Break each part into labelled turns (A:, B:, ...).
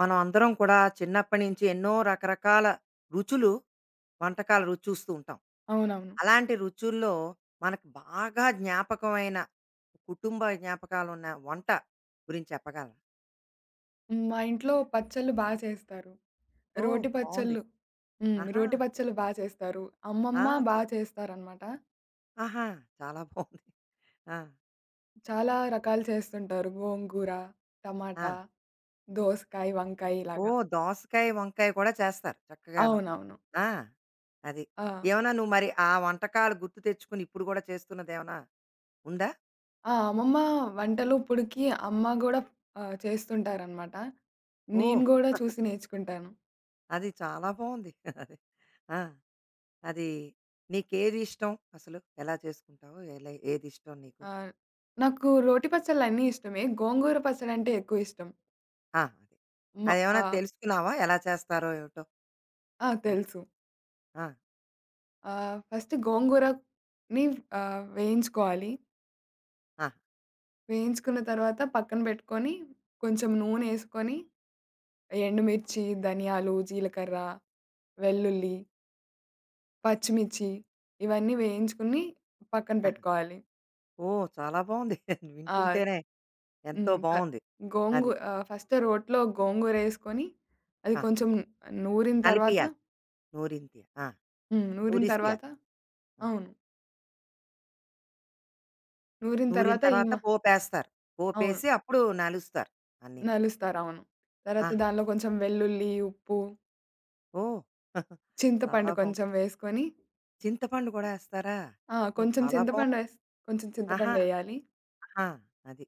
A: మనం అందరం కూడా చిన్నప్పటి నుంచి ఎన్నో రకరకాల రుచులు వంటకాల రుచి చూస్తూ ఉంటాం.
B: అవునవును.
A: అలాంటి రుచుల్లో మనకు బాగా జ్ఞాపకమైన కుటుంబ జ్ఞాపకాలు ఉన్న వంట గురించి చెప్పగలరా?
B: హ్మ్. మా ఇంట్లో పచ్చళ్ళు బా చేస్తారు.
A: ఓ,
B: రోటి
A: బాగుంది.
B: పచ్చళ్ళు. హ్మ్.
A: ఆహా,
B: రోటి పచ్చళ్ళు బా చేస్తారు.
A: ఆ,
B: అమ్మమ్మ బా
A: చా-
B: చేస్తారనమాట.
A: ఆహా, చాలా బాగుంది. ఆ,
B: చాలా రకాలు చేస్తుంటారు. గోంగూర,
A: ఆ,
B: టమాటా, దోసకాయ, వంకాయ
A: ఓ,
B: ఇలాగా.
A: దోసకాయ వంకాయ కూడా చేస్తారు చక్కగాను.
B: అవునవును.
A: ఆ, అది.
B: ఆ!
A: ఏమన్నా నువ్వు మరి ఆ వంటకాలు గుర్తు తెచ్చుకుని ఇప్పుడు కూడా చేస్తున్నది ఏమన్నా ఉందా?
B: ఆ! అమ్మమ్మ వంటలు ఇప్పుడికి అమ్మ గూడా చేస్తుంటారనమాట.
A: ఓ,
B: నేను గూడా చూసి నేర్చుకుంటాను.
A: అది చాలా బాగుంది. అది, ఆ, అది. నీకేది ఇష్టం అసలు? ఎలా చేసుకుంటావు? ఎలా ఏది ఇష్టం నీకు?
B: ఆహ్, నాకు రోటి పచ్చళ్ళన్నీ ఇష్టమే. గోంగూర పచ్చడంటే ఎక్కువ ఇష్టం.
A: ఆ, అదే.
B: మ
A: అదేమన్నా
B: ఆ!
A: తెలుసుకున్నావా? ఎలా చేస్తారో ఏమిటో?
B: ఆ!
A: అది.
B: తెలుసు.
A: ఆ!
B: ఫస్ట్ గోంగూరని వేయించుకోవాలి.
A: ఆ!
B: వేయించుకున్న తర్వాత పక్కన పెట్టుకొని, కొంచెం నూనేసుకొని, ఎండుమిర్చి, ధనియాలు, జీలకర్ర, వెల్లుల్లి, పచ్చిమిర్చి ఇవన్నీ వేయించుకొని పక్కన
A: ఆహా!
B: పెట్టుకోవాలి.
A: ఓహ్, చాలా బావుంది.
B: ఆహ్,
A: వింటుంటేనే ఎంతో
B: హ్మ్. క
A: బావుంది.
B: గోంగూ
A: అది.
B: ఆహ్, ఫస్ట్ రోట్లో గోంగూరేసుకొని, అది
A: ఆ!
B: కొంచెం నూరిన తర్వాత
A: నలిపియాలి. నూరింతియాలి. ఆ!
B: హ్మ్. నూరిన తర్వాత
A: నూరిసియాలి. ఆ!
B: అవును. నూరిన
A: నూరిన
B: తర్వాత ఈ
A: తర్వాత
B: మ
A: పోపేస్తారు.
B: అవును.
A: పోపేసి అప్పుడు నలుస్తారు అన్నీను.
B: నలుస్తారు. అవును. తర్వాత
A: ఆహా!
B: దానిలో కొంచెం వెల్లుల్లి, ఉప్పు
A: ఓహ్! చాలా
B: చింతపండు
A: బావుంది.
B: కొంచెం వేసుకొని
A: చింతపండు కూడా ఏస్తారా?
B: ఆ!
A: ఓహ్, చాలా బావుంది.
B: కొంచెం
A: ఆహా!
B: చింతపండెయ్యాలి.
A: ఆహా! అది.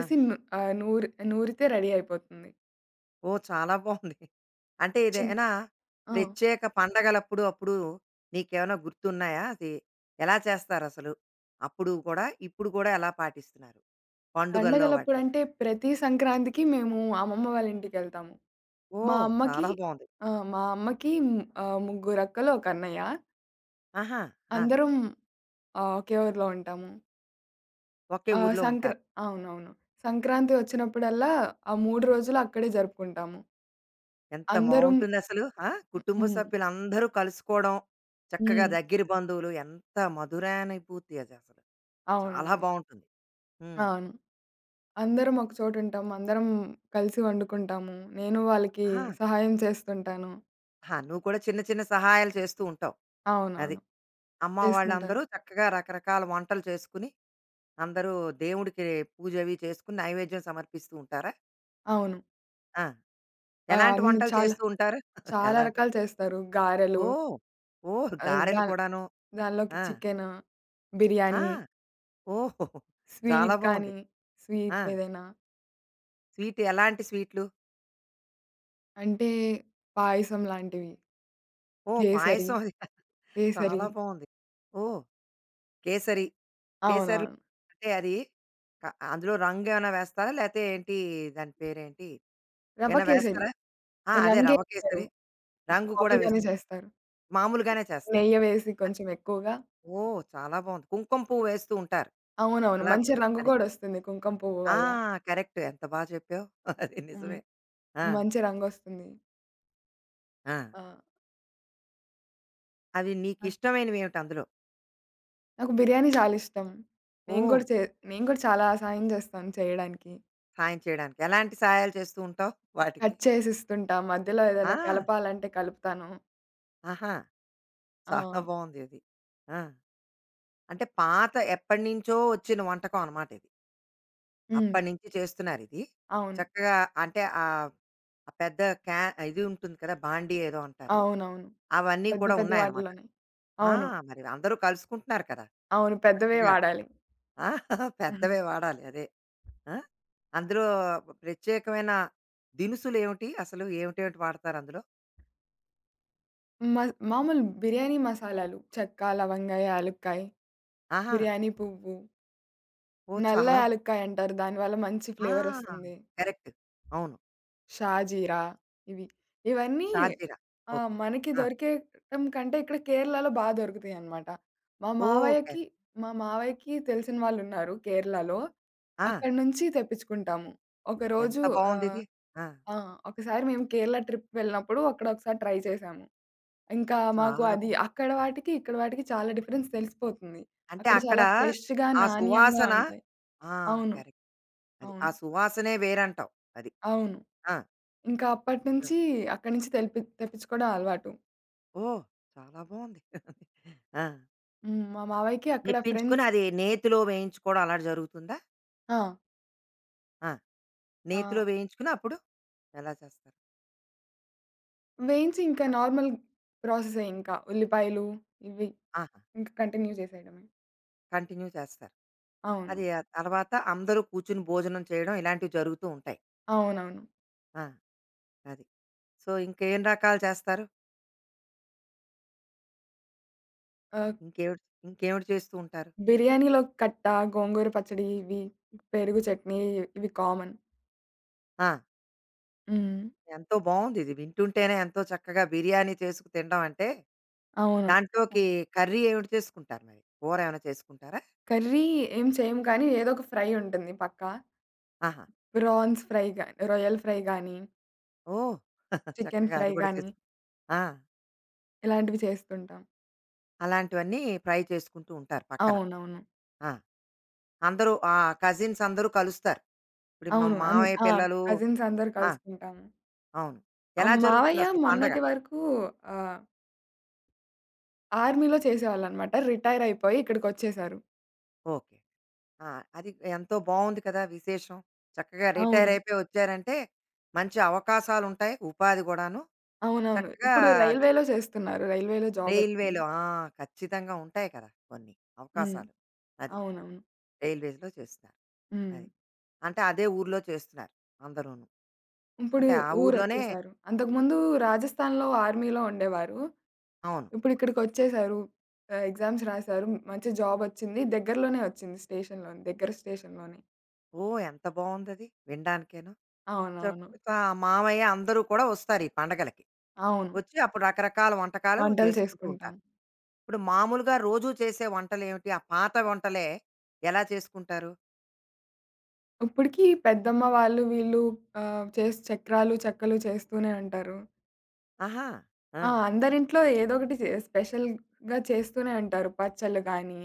A: ఆ!
B: ను ఆహ్, నూరి నూరితే రెడీ అయిపోతుంది.
A: ఓహ్, చాలా బావుంది. అంటే
B: చిన్
A: ఇదేనా?
B: ఆ!
A: ప్రత్యేక పండగలప్పుడు అప్పుడు నీకేమైనా గుర్తున్నాయా? అది ఎలా చేస్తారసలు? అప్పుడు కూడా, ఇప్పుడు కూడా ఎలా పాటిస్తున్నారు? పండుగల్లో వాటిలో.
B: పండగలప్పుడంటే ప్రతి సంక్రాంతికి మేము అమ్మమ్మ వాళ్ళ ఇంటికెళ్తాము. మా
A: ఓహ్,
B: అమ్మకి
A: చాలా బావుంది.
B: ఆ! మా అమ్మకి ముగ్గురక్కలు, ఒకన్నయ్య.
A: ఆహా! ఆ!
B: అందరం ఒకే ఊర్లో ఉంటాము.
A: ఒకే
B: ఆహ్,
A: ఊర్లో
B: సంక్ర
A: ఉంటారు.
B: అవునవును. సంక్రాంతి వచ్చినప్పుడల్లా ఆ 3 రోజులు అక్కడే జరుపుకుంటాము.
A: ఎంత
B: అందరం
A: బావుంటుందసలు. ఆ! కుటుంబ
B: హ్మ్.
A: సభ్యులందరూ కలుసుకోవడం, చక్కగా
B: హ్మ్.
A: దగ్గర బంధువులు ఎంత మధురానుభూతి అదసలు. చాలా
B: అవునవును.
A: బావుంటుంది. హ్మ్.
B: అవును. అందరం ఒకచోటుంటాం. అందరం కలిసి వండుకుంటాము. నేను వాళ్ళకి
A: ఆహా!
B: సహాయం చేస్తుంటాను.
A: ఆహా! నువ్వు కూడా చిన్న చిన్న సహాయాలు చేస్తూ ఉంటావు. అది.
B: అవునవును.
A: అమ్మ
B: చేస్తుంటాను.
A: వాళ్ళందరూ చక్కగా రకరకాల వంటలు చేసుకుని అందరూ దేవుడికి పూజ అవి చేసుకుని నైవేద్యం సమర్పిస్తూ ఉంటారా?
B: అవును.
A: ఆ! ఎలాంటి
B: అన్ని
A: వంటలు
B: చాలా,
A: చేస్తూ ఉంటారు?
B: చాలా
A: ఎలాంటి?
B: రకాలు చేస్తారు. గారెలు
A: ఓహ్! ఓహ్,
B: ఆహ్,
A: గారెలు
B: దా
A: కూడాను.
B: దానిలోకి
A: ఆ!
B: చికెను,
A: ఆ!
B: బిర్యానీ,
A: ఓహ్, చాలా
B: స్వీట్
A: బావుంది.
B: కానీ, స్వీట్
A: ఆ!
B: ఏదైనా
A: స్వీట్ ఎలాంటి స్వీట్లు?
B: అంటే పాయసం లాంటివి,
A: ఓహ్,
B: కేసరి,
A: పాయసం అది
B: కేసరి
A: చాలా బావుంది. ఓహ్, కేసరి. కేసరి
B: అవునవును.
A: అంటే అది, క అందులో రంగు ఏమైనా వేస్తారా? లేతే ఏంటి దాని పేరేంటి?
B: రవ్వ
A: ఏమైనా
B: కేసరి.
A: వేస్తారా? ఆ! అదే రవ్వ
B: రంగేస్తారు.
A: కేసరి. రంగు కూడా
B: మామూలుగానే
A: వేస్తూ
B: చేస్తారు.
A: మామూలుగానే చేస్తారు.
B: నెయ్యి వేసి
A: అన్
B: కొంచెం ఎక్కువగా
A: ఓహ్, చాలా బావుంది. కుంకుమ పువ్వు వేస్తూ ఉంటారు.
B: అవునవును.
A: అలా
B: మంచి
A: కూడా.
B: రంగు
A: అదే.
B: గూడొస్తుంది కుంకుమ పువ్వు
A: ఆ!
B: వల్ల.
A: కరెక్ట్. ఎంత బా చెప్పావు. అది
B: హ్మ్.
A: నిజమే. ఆ!
B: మంచి రంగొస్తుంది.
A: ఆ!
B: ఆ!
A: అవి
B: నాకు
A: నీకిష్టమైనవేమిటి అందులో?
B: నాకు బిర్యానీ చాలా ఇష్టం. నేను
A: ఓహ్!
B: కూడా చే నేను కూడా చాలా సాయం చేస్తాను చేయడానికి.
A: సాయం చేయడానికి. ఎలాంటి సహాయాలు చేస్తూ ఉంటావు వాటికి?
B: కట్ చేసిస్తుంటా. మధ్యలో
A: ఆ!
B: ఏదైనా కలపాలంటే కలుపుతాను.
A: ఆహా!
B: ఆ!
A: చాలా బావుంది ఇది. ఆ! అంటే పాత ఎప్పటినుంచో వచ్చిన వంటకం అన్నమాట ఇది.
B: హ్మ్.
A: అప్పటినుంచి చేస్తున్నారిది.
B: అవును.
A: చక్కగా. అంటే ఆ పెద్ద క్యా ఇది ఉంటుంది కదా! బాండీ ఏదో అంటారు.
B: అవునవును.
A: అవన్నీ
B: పెద్ద
A: కూడా
B: పెద్ద
A: ఉన్నాయన్నమాట.
B: వాటిలోనే.
A: ఆ!
B: అవును.
A: మరి అందరూ కలుసుకుంటున్నారు కదా!
B: అవును. పెద్దవే
A: చక్కగా.
B: వాడాలి.
A: ఆ!
B: ఆహా!
A: పెద్దవే వాడాలి అదే. ఆ! అందులో ప్రత్యేకమైన దినుసులేమిటి? అసలు ఏమిటేమిటి వాడతారు అందులో?
B: మ మామూలు బిర్యానీ మసాలాలు చెక్క, లవంగ, యాలుక్కాయ,
A: ఆహా!
B: బిర్యానీ పువ్వు,
A: ఓహ్,
B: నల్ల
A: చాలా.
B: యాలుక్కాయ అంటారు. దానివల్ల మంచి
A: ఆ!
B: ఫ్లేవరొస్తుంది.
A: కరెక్ట్. అవును.
B: షాజీరా ఇవి. ఇవన్నీ
A: షాజీరా. ఓకే.
B: మనకి
A: ఆ!
B: దొరికేయటం కంటే ఇక్కడ కేరళలో బా దొరుకుతాయనమాట. మా
A: ఓకే.
B: మావయ్యకి మా మావయ్యకి తెలిసిన వాళ్ళున్నారు కేరళలో.
A: ఆ!
B: అక్కడి నుంచి తెప్పించుకుంటాము.
A: ఎంత
B: ఒకరోజు ఆహ్,
A: బావుందిది. ఆ!
B: ఆ! ఒకసారి మేము కేరళ ట్రిప్ వెళ్ళినప్పుడు అక్కడ ఒకసారి ట్రై చేశాము. ఇంకా మాకు
A: చాలా.
B: అది అక్కడ వాటికి, ఇక్కడ వాటికి చాలా డిఫరెన్స్ తెలిసిపోతుంది.
A: అంటే
B: అక్కడ
A: అక్కడ
B: చాలా ఫ్రెష్‌గా,
A: ఆ
B: నాణ్యంగా
A: సువాసన.
B: ఉంటాయి.
A: ఆ!
B: అవును.
A: కరెక్ట్. అది. ఆ
B: అవును.
A: సువాసనే వేరంటావు. అది.
B: అవును.
A: ఆ!
B: ఇంకా
A: ఆ!
B: అప్పటినుంచి అక్కడి నుంచి తెప్పించుకోవడం అలవాటు.
A: ఓహ్, చాలా బావుంది. ఆ!
B: హ్మ్. మా మావయ్యకి అక్కడ
A: తెప్పించుకొని
B: ఫ్రెండ్స్
A: అది నేతిలో వేయించుకోవడం అలా జరుగుతుందా?
B: ఆ!
A: ఆ!
B: ఆ!
A: నేతిలో వేయించుకొని అప్పుడు ఎలా చేస్తారు?
B: వేయించి ఇంకా నార్మల్ ప్రాసెసే ఇంకా. ఉల్లిపాయలు ఇవి
A: ఆహా!
B: ఇంక కంటిన్యూ చేసేయడమే.
A: కంటిన్యూ చేస్తారు.
B: అవును.
A: అది ఆ తర్వాత అందరూ కూర్చొని భోజనం చేయడం ఇలాంటివి జరుగుతూ ఉంటాయి.
B: అవునవును.
A: ఆ! అది. సో, ఇంకేం రకాలు చేస్తారు?
B: ఆహ్,
A: ఇంకేవిటి ఇంకేవిటి చేస్తూ ఉంటారు?
B: బిర్యానీలో కట్ట, గోంగూర పచ్చడి ఇవి, పెరుగు చట్నీ ఇవి కామన్.
A: ఆ!
B: హ్మ్.
A: ఎంతో బావుంది ఇది. వింటుంటేనే ఎంతో చక్కగా బిర్యానీ చేసుకు తినడం అంటే,
B: అవును.
A: దాంట్లోకి కర్రీ ఏమిటి చేసుకుంటారు మరి? కూర ఏమైనా చేసుకుంటారా?
B: కర్రీ ఏం చేయము కానీ ఏదో ఒక ఫ్రై ఉంటుంది పక్కా.
A: ఆహా!
B: ప్రాన్స్ ఫ్రై గాని, రొయ్యల ఫ్రై గాని,
A: ఓహ్!
B: చికెన్
A: చక్కగా
B: ఫ్రై
A: అది కూడా
B: గాని
A: చేసుకు. ఆ!
B: ఇలాంటివి చేస్తుంటాం.
A: అలాంటివన్నీ ఫ్రై చేసుకుంటూ ఉంటారు పక్కన.
B: అవునవును.
A: ఆ! అందరూ ఆ కజిన్స్ అందరూ కలుస్తారు. ఇప్పుడు మా
B: అవును.
A: మామయ్య
B: ఆ!
A: పిల్లలు.
B: కజిన్స్ అందరూ
A: ఆ!
B: కలుసుకుంటాము.
A: అవును. ఎలా
B: మావయ్య
A: జరుగుతుందసలు పండగ?
B: మొన్నటి వరకు ఆహ్, ఆర్మీలో చేసేవాళ్ళనమాట. రిటైర్ అయిపోయి ఇక్కడికొచ్చేసారు.
A: ఓకే. ఆ! అది ఎంతో బావుంది కదా విశేషం. చక్కగా రిటైర్
B: అవును.
A: అయిపోయి వచ్చారంటే, మంచి అవకాశాలుంటాయి, ఉపాధి గూడాను.
B: అవునవును.
A: చక్కగా
B: ఇప్పుడు
A: ద
B: రైల్వేలో చేస్తున్నారు. రైల్వేలో జాబొచ్చింది.
A: రైల్వేలో. ఆ! ఖచ్చితంగా ఉంటాయి కదా! కొన్ని
B: హ్మ్.
A: అవకాశాలు. అది
B: అవునవును.
A: రైల్వేస్‌లో చేస్తున్నారు.
B: హ్మ్.
A: అది. అంటే అదే ఊర్లో చేస్తున్నారు అందరూను.
B: ఇప్పుడు
A: అంటే ఆ ఊర్లోనే
B: ఊరొచ్చేసారు. అంతకుముందు రాజస్థాన్‌లో ఆర్మీలో ఉండేవారు.
A: అవును.
B: ఇప్పుడు ఇక్కడికొచ్చేసారు. ఎగ్జామ్స్ రాసారు. మంచి జాబొచ్చింది. దగ్గరలోనే వచ్చింది స్టేషన్‌లోనే. దగ్గర స్టేషన్‌లోనే.
A: ఓహ్, ఎంత బావుందది వినడానికేను.
B: అవునవును.
A: చక్కగా ఆ మామయ్య అందరూ కూడా వస్తారు ఈ పండగలకి.
B: అవును.
A: వచ్చి అప్పుడు రకరకాల వంటకాలు
B: వంటలు
A: చేసుకుంటూ
B: చేసుకుంటాం.
A: ఉంటారు. ఇప్పుడు మామూలుగా రోజూ చేసే వంటలేమిటి? ఆ పాత వంటలే ఎలా చేసుకుంటారు?
B: ఇప్పటికి పెద్దమ్మ వాళ్ళు వీళ్ళు ఆహ్, చేస్ చక్రాలు, చెక్కలు చేస్తూనే ఉంటారు.
A: ఆహా! ఆ!
B: ఆ! అందరింట్లో ఏదో ఒకటి స్పెషల్‌గా చేస్తూనే ఉంటారు. పచ్చళ్ళు గానీ,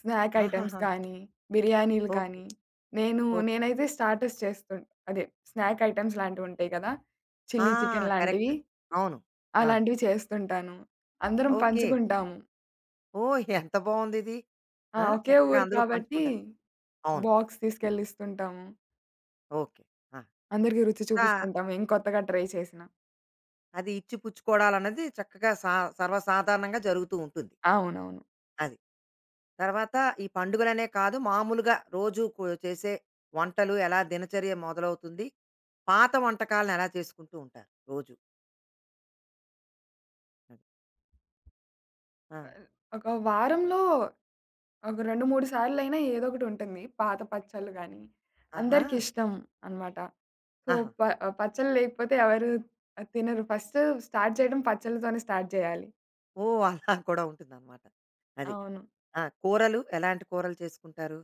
B: స్నాక్ ఐటెమ్స్
A: ఆహాహా!
B: గానీ, బిర్యానీలు
A: ఓకే.
B: కానీ. నేను
A: ఓకే.
B: నేనైతే స్టార్టర్స్ అదే స్నాక్ ఐటెమ్స్ లాంటివుంటాయి కదా!
A: ఆ!
B: చిల్లీ చికెన్ లాంటివి.
A: కరెక్ట్. అవును. ఆ!
B: అలాంటివి చేస్తుంటాను. అందరం
A: ఓకే.
B: పంచుకుంటాము.
A: ఓహ్, ఎంత బావుందిది.
B: ఆ!
A: ఆ!
B: ఒకే
A: చక్కగా
B: ఊరు
A: అందరూ
B: కాబట్టి
A: పంచుకుంటారు. అవును.
B: బాక్స్ తీసుకెళ్ళి ఇస్తుంటాము.
A: ఓకే. ఆ!
B: అందరికీ రుచి
A: ఆ!
B: చూపిస్తుంటాము ఏం కొత్తగా ట్రై చేసినా.
A: అది ఇచ్చిపుచ్చుకోవడాలన్నది చక్కగా సర్వసాధారణంగా జరుగుతూ ఉంటుంది.
B: అవునవును.
A: అది. తర్వాత ఈ పండుగలనే కాదు మామూలుగా రోజు కు చేసే వంటలు ఎలా దినచర్య మొదలవుతుంది? పాత వంటకాలను ఎలా చేసుకుంటూ ఉంటారు రోజు? అది. ఆ!
B: ఆహ్, ఒక వారంలో ఒక 2, 3 సార్లయినా ఏదో ఒకటుంటుంది. పాత పచ్చళ్ళు గానీ,
A: ఆహా!
B: అందరికిష్టం అనమాట. సో,
A: ఆహా!
B: పచ్చళ్ళు లేకపోతే ఎవరు తినరు. ఫస్ట్ స్టార్ట్ చేయడం పచ్చళ్ళతోనే స్టార్ట్ చేయాలి.
A: ఓహ్, అలా కూడా ఉంటుందన్నమాట. అది.
B: అవును.
A: ఆ! కూరలు ఎలాంటి కూరలు చేసుకుంటారు?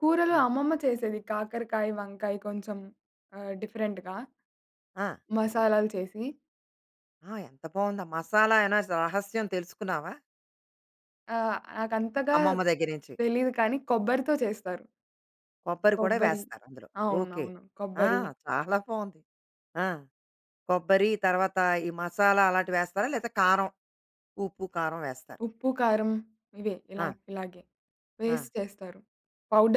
B: కూరలు
A: ఆ!
B: అమ్మమ్మ చేసేది. కాకరకాయ, వంకాయ కొంచెం డిఫరెంట్‌గా
A: ఆ!
B: మసాలాలు చేసి.
A: ఆ! ఎంత బావుందా! మసాలా ఏనా రహస్యం తెలుసుకున్నావా?
B: నాకంతగా
A: అమ్మమ్మ దగ్గర నుంచి.
B: తెలీదు కానీ కొబ్బరితో చేస్తారు.
A: కొబ్బరి కూడా
B: కొబ్బరి
A: వేస్తారు అందులో. ఓకే.
B: అవునవును.
A: ఆ!
B: కొబ్బరి
A: చాలా బావుంది. ఆ! కొబ్బరి తర్వాత ఈ మసాలా అలాంటివి వేస్తారా? లేతే కారం, ఉప్పు, కారం వేస్తారు.
B: ఉప్పు, కారం ఇవే
A: ఆ!
B: ఇలాగే
A: ఆ!
B: వేసి చేస్తారు.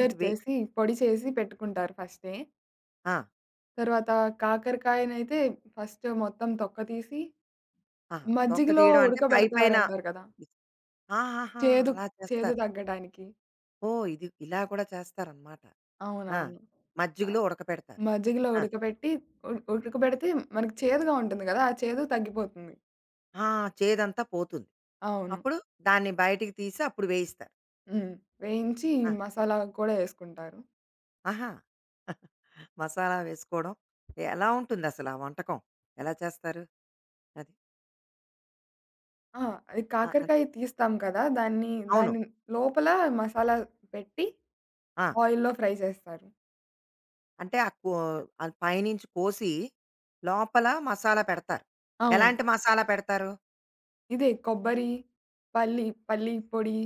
A: అంటే
B: చేసి, పొడి చేసి పెట్టుకుంటారు ఫస్టే.
A: ఆ!
B: తర్వాత కాకరకాయనైతే ఫస్ట్ మొత్తం తొక్క తీసి
A: ఆహా! తొక్క
B: మజ్జిగలో
A: తీయడం అంటే పై పైన
B: ఉడకబెడతారంటారు కదా!
A: ఆహాహా!
B: చేదు
A: అలా
B: చేదు
A: చేస్తారు.
B: తగ్గడానికి.
A: ఓహ్, ఇది ఇలా కూడా చేస్తారనమాట. ఆ!
B: అవునవును. ఆ!
A: మజ్జిగలో ఉడకపెడతారు.
B: మజ్జిగలో
A: ఆ!
B: ఉడకబెట్టి ఉడకబెడితే మనకి చేదుగా ఉంటుంది కదా! ఆ చేదు తగ్గిపోతుంది.
A: ఆ! చేదంతా పోతుంది.
B: అవును.
A: అప్పుడు దాన్ని బయటికి తీసి అప్పుడు వేయిస్తారు.
B: హ్మ్. వేయించి
A: ఆ!
B: మసాలా కూడా యేసుకుంటారు.
A: ఆహా! మసాలా వేసుకోవడం. ఎలా ఉంటుందసల ఆ వంటకం? ఎలా చేస్తారు? అది.
B: ఆ! అది
A: ఆ! అది.
B: కాకరకాయ తీస్తాం కదా! దాన్ని
A: అవును.
B: దాని లోపల మసాలా పెట్టి
A: ఆ!
B: ఆయిల్‌లో ఫ్రై చేస్తారు.
A: అంటే ఆ అది పైనుంచి కోసి లోపల మసాలా పెడతారు.
B: అవును.
A: ఎలాంటి మసాలా పెడతారు?
B: ఇదే కొబ్బరి, పల్లి పల్లి పొడి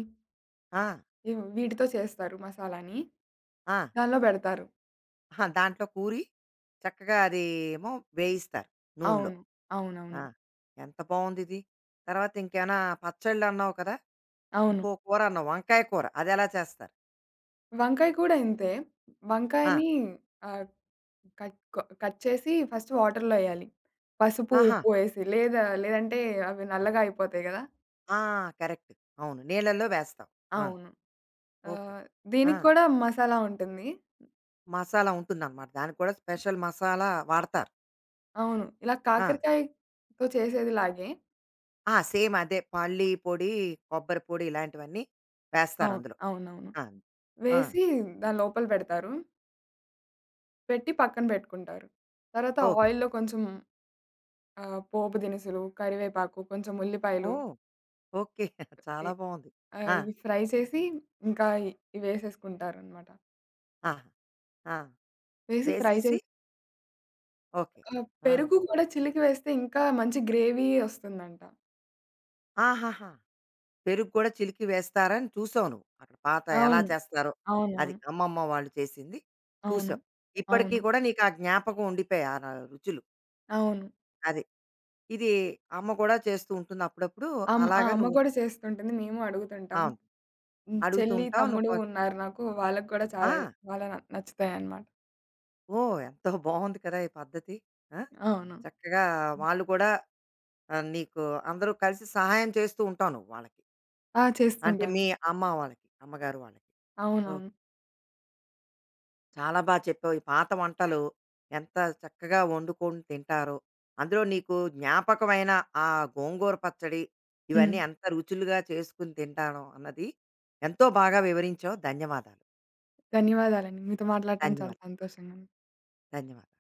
A: ఆ!
B: వీటితో చేస్తారు మసాలాని.
A: ఆ!
B: దానిలో పెడతారు.
A: అహా! దాంట్లో కూరి చక్కగా అది ఏమో వేయిస్తారు నూనెలో.
B: అవును.
A: ఆ!
B: అవునవును.
A: ఎంత బావుందిది. తర్వాత ఇంకేమైనా పచ్చళ్ళన్నావు కదా!
B: అవును.
A: ఇంకో కూరన్నావు వంకాయ కూర. అదెలా చేస్తారు?
B: వంకాయ కూడా ఇంతే.
A: ఆ!
B: వంకాయని ఆహ్, కట్ కొ కట్ చేసి ఫస్ట్ వాటర్‌లో ఎయాలి. పసుపు,
A: ఆహా!
B: ఉప్పు ఏసి. లేదంటే అవి నల్లగా అయిపోతాయి కదా!
A: ఆ! కరెక్ట్. అవును. నీళ్ళల్లో వేస్తాం. ఆ!
B: అవును.
A: ఓకే.
B: ఆహ్,
A: ఆ!
B: దీనికి కూడా మసాలా ఉంటుంది.
A: మసాలా ఉంటుందనమాట. దానికి కూడా స్పెషల్ మసాలా వాడతారు.
B: అవును. ఇలా
A: ఆ!
B: కాకరకాయతో చేసేదిలాగే
A: ఆ! సేమ్ అదే పల్లి పొడి, కొబ్బరి పొడి ఇలాంటివన్నీ వేస్తారు
B: అవును.
A: అందులో.
B: అవునవును.
A: ఆ! ఆ!
B: వేసి దాని లోపల పెడతారు. పెట్టి పక్కన పెట్టుకుంటారు. తర్వాత
A: ఓకే.
B: ఆయిల్‌లో కొంచెం పోపు దినుసులు, కరివేపాకు, కొంచెం ఉల్లిపాయలు
A: ఓహ్! ఓకే.
B: ఎ
A: చాలా బావుంది. ఆ!
B: ఇవి ఫ్రై చేసి ఇంకా ఇ ఇవేసేసుకుంటారనమాట.
A: ఆహా! ఆ!
B: వేసి ఫ్రై చేసి
A: వేసేసి ఓకే.
B: ఆ!
A: ఆ!
B: పెరుగు కూడా చిలికి వేస్తే ఇంకా మంచి గ్రేవీ ఒస్తుందంట.
A: ఆహాహా! పెరుగు కూడా చిలికి వేస్తారని చూసావు నువ్వు. అక్కడ పాత ఎలా
B: అవును.
A: చేస్తారో అది
B: అవునవును.
A: అమ్మమ్మ వాళ్ళు చేసింది
B: అవును.
A: చూసావు. ఇప్పటికి
B: అవును.
A: కూడా నీకు ఆ జ్ఞాపకం ఉండిపోయాయి ఆ రుచులు.
B: అవును.
A: అది. ఇది అమ్మ కూడా చేస్తూ ఉంటుంది అప్పుడప్పుడు. అలాగా
B: అమ్మ
A: నువ్వు
B: కూడా చేస్తుంటుంది. మేము అడుగుతుంటాం.
A: అవును.
B: హ్మ్.
A: అడుగుతూ
B: చెల్లి,
A: ఉంటావు. నువ్వు
B: తమ్ముడు ఉన్నారు నాకు. వాళ్ళకి కూడా చాలా
A: ఆ!
B: చాలా నచ్చుతాయన్నమాట.
A: ఓహ్, ఎంతో బావుంది కదా! ఈ పద్ధతి. ఆ!
B: అవును.
A: చక్కగా వాళ్ళు కూడా నీకు అందరూ కలిసి సహాయం చేస్తూ ఉంటావు నువ్వు వాళ్ళకి.
B: ఆ!
A: అంటే
B: చేస్తుంటాను.
A: మీ అమ్మ వాళ్ళకి, అమ్మగారు వాళ్ళకి. ఓకే.
B: అవునవును.
A: చాలా బాగా చెప్పావు. ఈ పాత వంటలు ఎంత చక్కగా వండుకొని తింటారో, అందులో నీకు జ్ఞాపకమైన ఆ గోంగూర పచ్చడి,
B: హ్మ్.
A: ఇవన్నీ ఎంత రుచులుగా చేసుకొని తింటాను అన్నది ఎంతో బాగా వివరించావు. ధన్యవాదాలు.
B: ధన్యవాదాలండి. మీతో మాట్లాడటం చాలా
A: ధన్యవాదాలు.
B: సంతోషంగా ఉంది.
A: ధన్యవాదాలు.